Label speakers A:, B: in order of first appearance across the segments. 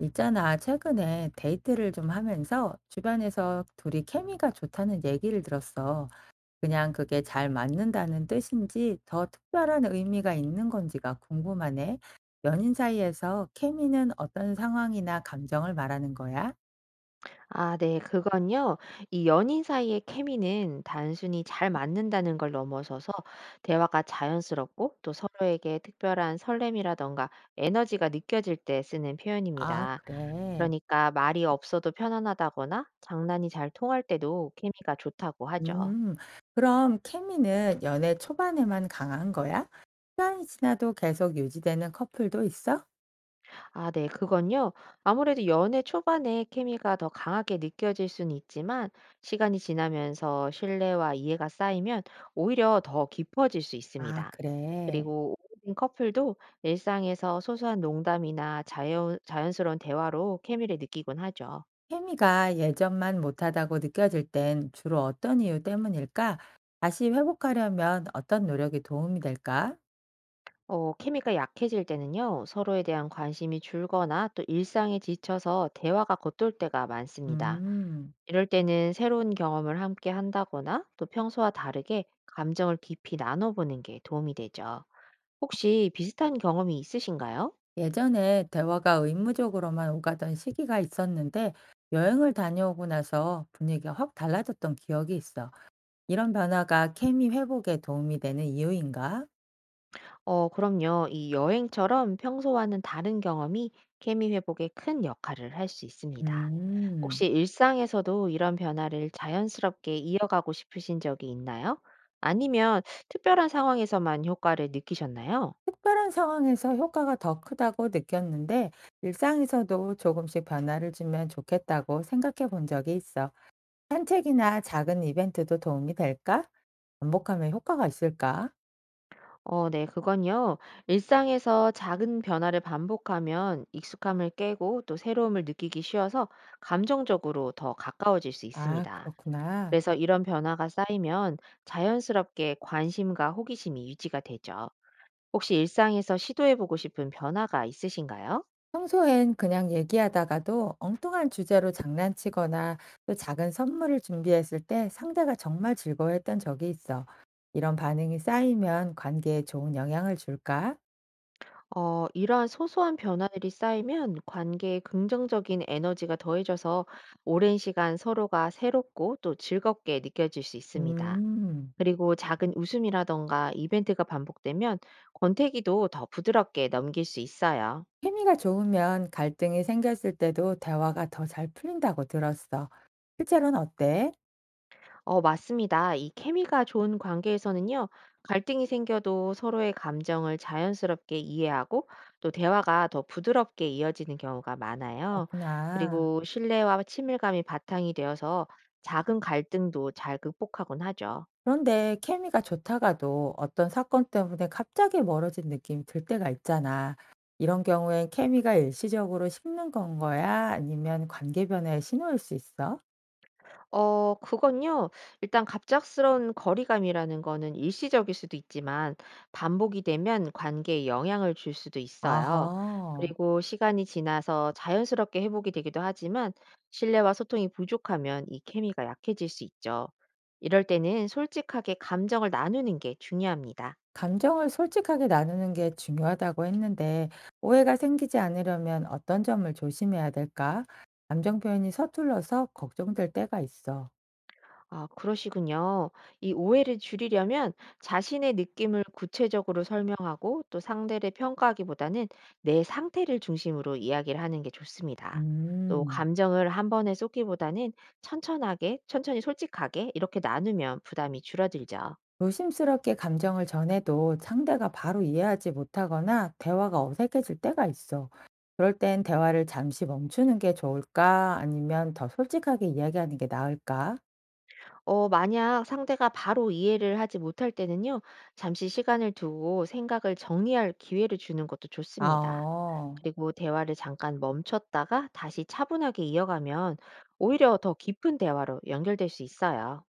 A: 있잖아, 최근에 데이트를 좀 하면서 주변에서 둘이 케미가 좋다는 얘기를 들었어. 그냥 그게 잘 맞는다는 뜻인지 더 특별한 의미가 있는 건지가 궁금하네. 연인 사이에서 케미는 어떤 상황이나 감정을 말하는 거야?
B: 아 네. 그건요. 이 연인 사이의 케미는 단순히 잘 맞는다는 걸 넘어서서 대화가 자연스럽고 또 서로에게 특별한 설렘이라든가 에너지가 느껴질 때 쓰는
A: 아,
B: 표현입니다.
A: 그래.
B: 그러니까 말이 없어도 편안하다거나 장난이 잘 통할 때도 케미가 좋다고 하죠.
A: 음, 그럼 케미는 연애 초반에만 강한 거야? 시간이 지나도 계속 유지되는 커플도 있어?
B: 아 네. 그건요. 아무래도 연애 초반에 케미가 더 강하게 느껴질 수는 있지만 시간이 지나면서 신뢰와 이해가 쌓이면 오히려 더 깊어질 수
A: 아,
B: 있습니다.
A: 그래.
B: 그리고 오래된 커플도 일상에서 소소한 농담이나 자연스러운 대화로 케미를 느끼곤 하죠.
A: 케미가 예전만 못하다고 느껴질 땐 주로 어떤 이유 때문일까? 다시 회복하려면 어떤 노력이 도움이 될까?
B: 어 케미가 약해질 때는요. 서로에 대한 관심이 줄거나 또 일상에 지쳐서 대화가 겉돌 때가 많습니다.
A: 음,
B: 이럴 때는 새로운 경험을 함께 한다거나 또 평소와 다르게 감정을 깊이 나눠보는 게 도움이 되죠. 혹시 비슷한 경험이 있으신가요?
A: 예전에 대화가 의무적으로만 오가던 시기가 있었는데 여행을 다녀오고 나서 분위기가 확 달라졌던 기억이 있어. 이런 변화가 케미 회복에 도움이 되는 이유인가?
B: 어, 그럼요. 이 여행처럼 평소와는 다른 경험이 케미 회복에 큰 역할을 할 수 있습니다.
A: 음,
B: 혹시 일상에서도 이런 변화를 자연스럽게 이어가고 싶으신 적이 있나요? 아니면 특별한 상황에서만 효과를 느끼셨나요?
A: 특별한 상황에서 효과가 더 크다고 느꼈는데 일상에서도 조금씩 변화를 주면 좋겠다고 생각해 본 적이 있어. 산책이나 작은 이벤트도 도움이 될까? 반복하면 효과가 있을까?
B: 어, 네, 그건요. 일상에서 작은 변화를 반복하면 익숙함을 깨고 또 새로움을 느끼기 쉬워서 감정적으로 더 가까워질 수
A: 아,
B: 있습니다.
A: 그렇구나.
B: 그래서 이런 변화가 쌓이면 자연스럽게 관심과 호기심이 유지가 되죠. 혹시 일상에서 시도해보고 싶은 변화가 있으신가요?
A: 평소엔 그냥 얘기하다가도 엉뚱한 주제로 장난치거나 또 작은 선물을 준비했을 때 상대가 정말 즐거워했던 적이 있어. 이런 반응이 쌓이면 관계에 좋은 영향을 줄까?
B: 어, 이러한 소소한 변화들이 쌓이면 관계에 긍정적인 에너지가 더해져서 오랜 시간 서로가 새롭고 또 즐겁게 느껴질 수 있습니다.
A: 음,
B: 그리고 작은 웃음이라던가 이벤트가 반복되면 권태기도 더 부드럽게 넘길 수 있어요.
A: 케미가 좋으면 갈등이 생겼을 때도 대화가 더 잘 풀린다고 들었어. 실제로는 어때?
B: 어, 맞습니다. 이 케미가 좋은 관계에서는요, 갈등이 생겨도 서로의 감정을 자연스럽게 이해하고 또 대화가 더 부드럽게 이어지는 경우가 많아요.
A: 그렇구나.
B: 그리고 신뢰와 친밀감이 바탕이 되어서 작은 갈등도 잘 극복하곤 하죠.
A: 그런데 케미가 좋다가도 어떤 사건 때문에 갑자기 멀어진 느낌이 들 때가 있잖아. 이런 경우엔 케미가 일시적으로 식는 건 거야? 아니면 관계 변화의 신호일 수 있어?
B: 어 그건요. 일단 갑작스러운 거리감이라는 거는 일시적일 수도 있지만 반복이 되면 관계에 영향을 줄 수도 있어요.
A: 아하.
B: 그리고 시간이 지나서 자연스럽게 회복이 되기도 하지만 신뢰와 소통이 부족하면 이 케미가 약해질 수 있죠. 이럴 때는 솔직하게 감정을 나누는 게 중요합니다.
A: 감정을 솔직하게 나누는 게 중요하다고 했는데, 오해가 생기지 않으려면 어떤 점을 조심해야 될까? 감정 표현이 서툴러서 걱정될 때가 있어.
B: 아, 그러시군요. 이 오해를 줄이려면 자신의 느낌을 구체적으로 설명하고 또 상대를 평가하기보다는 내 상태를 중심으로 이야기를 하는 게 좋습니다. 또
A: 음.
B: 감정을 한 번에 쏟기보다는 천천히 솔직하게 이렇게 나누면 부담이 줄어들죠.
A: 조심스럽게 감정을 전해도 상대가 바로 이해하지 못하거나 대화가 어색해질 때가 있어. 그럴 땐 대화를 잠시 멈추는 게 좋을까? 아니면 더 솔직하게 이야기하는 게 나을까?
B: 어, 만약 상대가 바로 이해를 하지 못할 때는요, 잠시 시간을 두고 생각을 정리할 기회를 주는 것도 좋습니다.
A: 아,
B: 그리고 대화를 잠깐 멈췄다가 다시 차분하게 이어가면 오히려 더 깊은 대화로 연결될 수 있어요.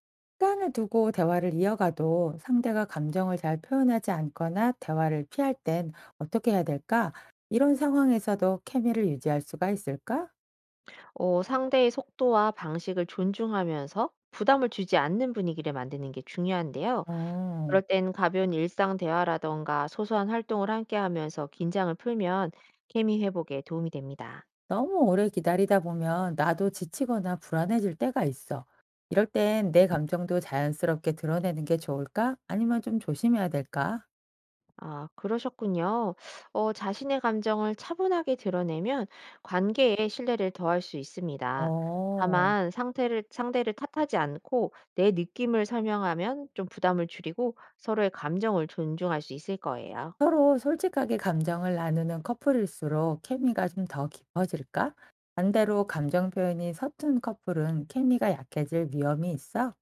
A: 시간을 두고 대화를 이어가도 상대가 감정을 잘 표현하지 않거나 대화를 피할 땐 어떻게 해야 될까? 이런 상황에서도 케미를 유지할 수가 있을까?
B: 어, 상대의 속도와 방식을 존중하면서 부담을 주지 않는 분위기를 만드는 게 중요한데요. 그럴
A: 음.
B: 땐 가벼운 일상 대화라던가 소소한 활동을 함께 하면서 긴장을 풀면 케미 회복에 도움이 됩니다.
A: 너무 오래 기다리다 보면 나도 지치거나 불안해질 때가 있어. 이럴 땐 내 감정도 자연스럽게 드러내는 게 좋을까? 아니면 좀 조심해야 될까?
B: 아, 그러셨군요. 어, 자신의 감정을 차분하게 드러내면 관계에 신뢰를 더할 수 있습니다.
A: 어,
B: 다만 상대를 탓하지 않고 내 느낌을 설명하면 좀 부담을 줄이고 서로의 감정을 존중할 수 있을 거예요.
A: 서로 솔직하게 감정을 나누는 커플일수록 케미가 좀 더 깊어질까? 반대로 감정 표현이 서툰 커플은 케미가 약해질 위험이 있어?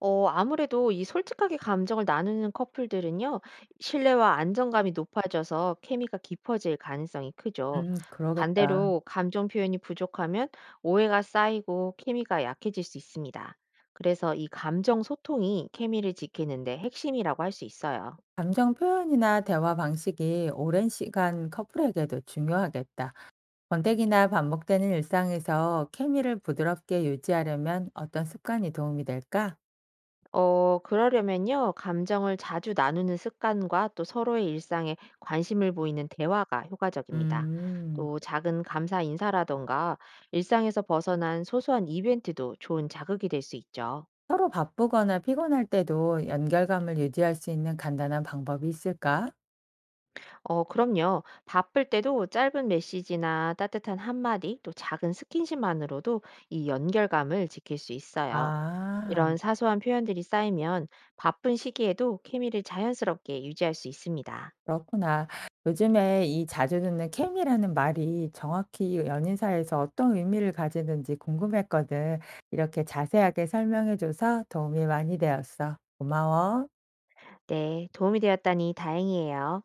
B: 어 아무래도 이 솔직하게 감정을 나누는 커플들은요. 신뢰와 안정감이 높아져서 케미가 깊어질 가능성이 크죠.
A: 그러겠다.
B: 반대로 감정 표현이 부족하면 오해가 쌓이고 케미가 약해질 수 있습니다. 그래서 이 감정 소통이 케미를 지키는 데 핵심이라고 할 수 있어요.
A: 감정 표현이나 대화 방식이 오랜 시간 커플에게도 중요하겠다. 권태기나 반복되는 일상에서 케미를 부드럽게 유지하려면 어떤 습관이 도움이 될까?
B: 어, 그러려면요, 감정을 자주 나누는 습관과 또 서로의 일상에 관심을 보이는 대화가 효과적입니다.
A: 음,
B: 또 작은 감사 인사라던가 일상에서 벗어난 소소한 이벤트도 좋은 자극이 될 수 있죠.
A: 서로 바쁘거나 피곤할 때도 연결감을 유지할 수 있는 간단한 방법이 있을까?
B: 어, 그럼요. 바쁠 때도 짧은 메시지나 따뜻한 한마디, 또 작은 스킨십만으로도 이 연결감을 지킬 수 있어요.
A: 아,
B: 이런 사소한 표현들이 쌓이면 바쁜 시기에도 케미를 자연스럽게 유지할 수 있습니다.
A: 그렇구나. 요즘에 이 자주 듣는 케미라는 말이 정확히 연인 사이에서 어떤 의미를 가지는지 궁금했거든. 이렇게 자세하게 설명해줘서 도움이 많이 되었어. 고마워.
B: 네, 도움이 되었다니 다행이에요.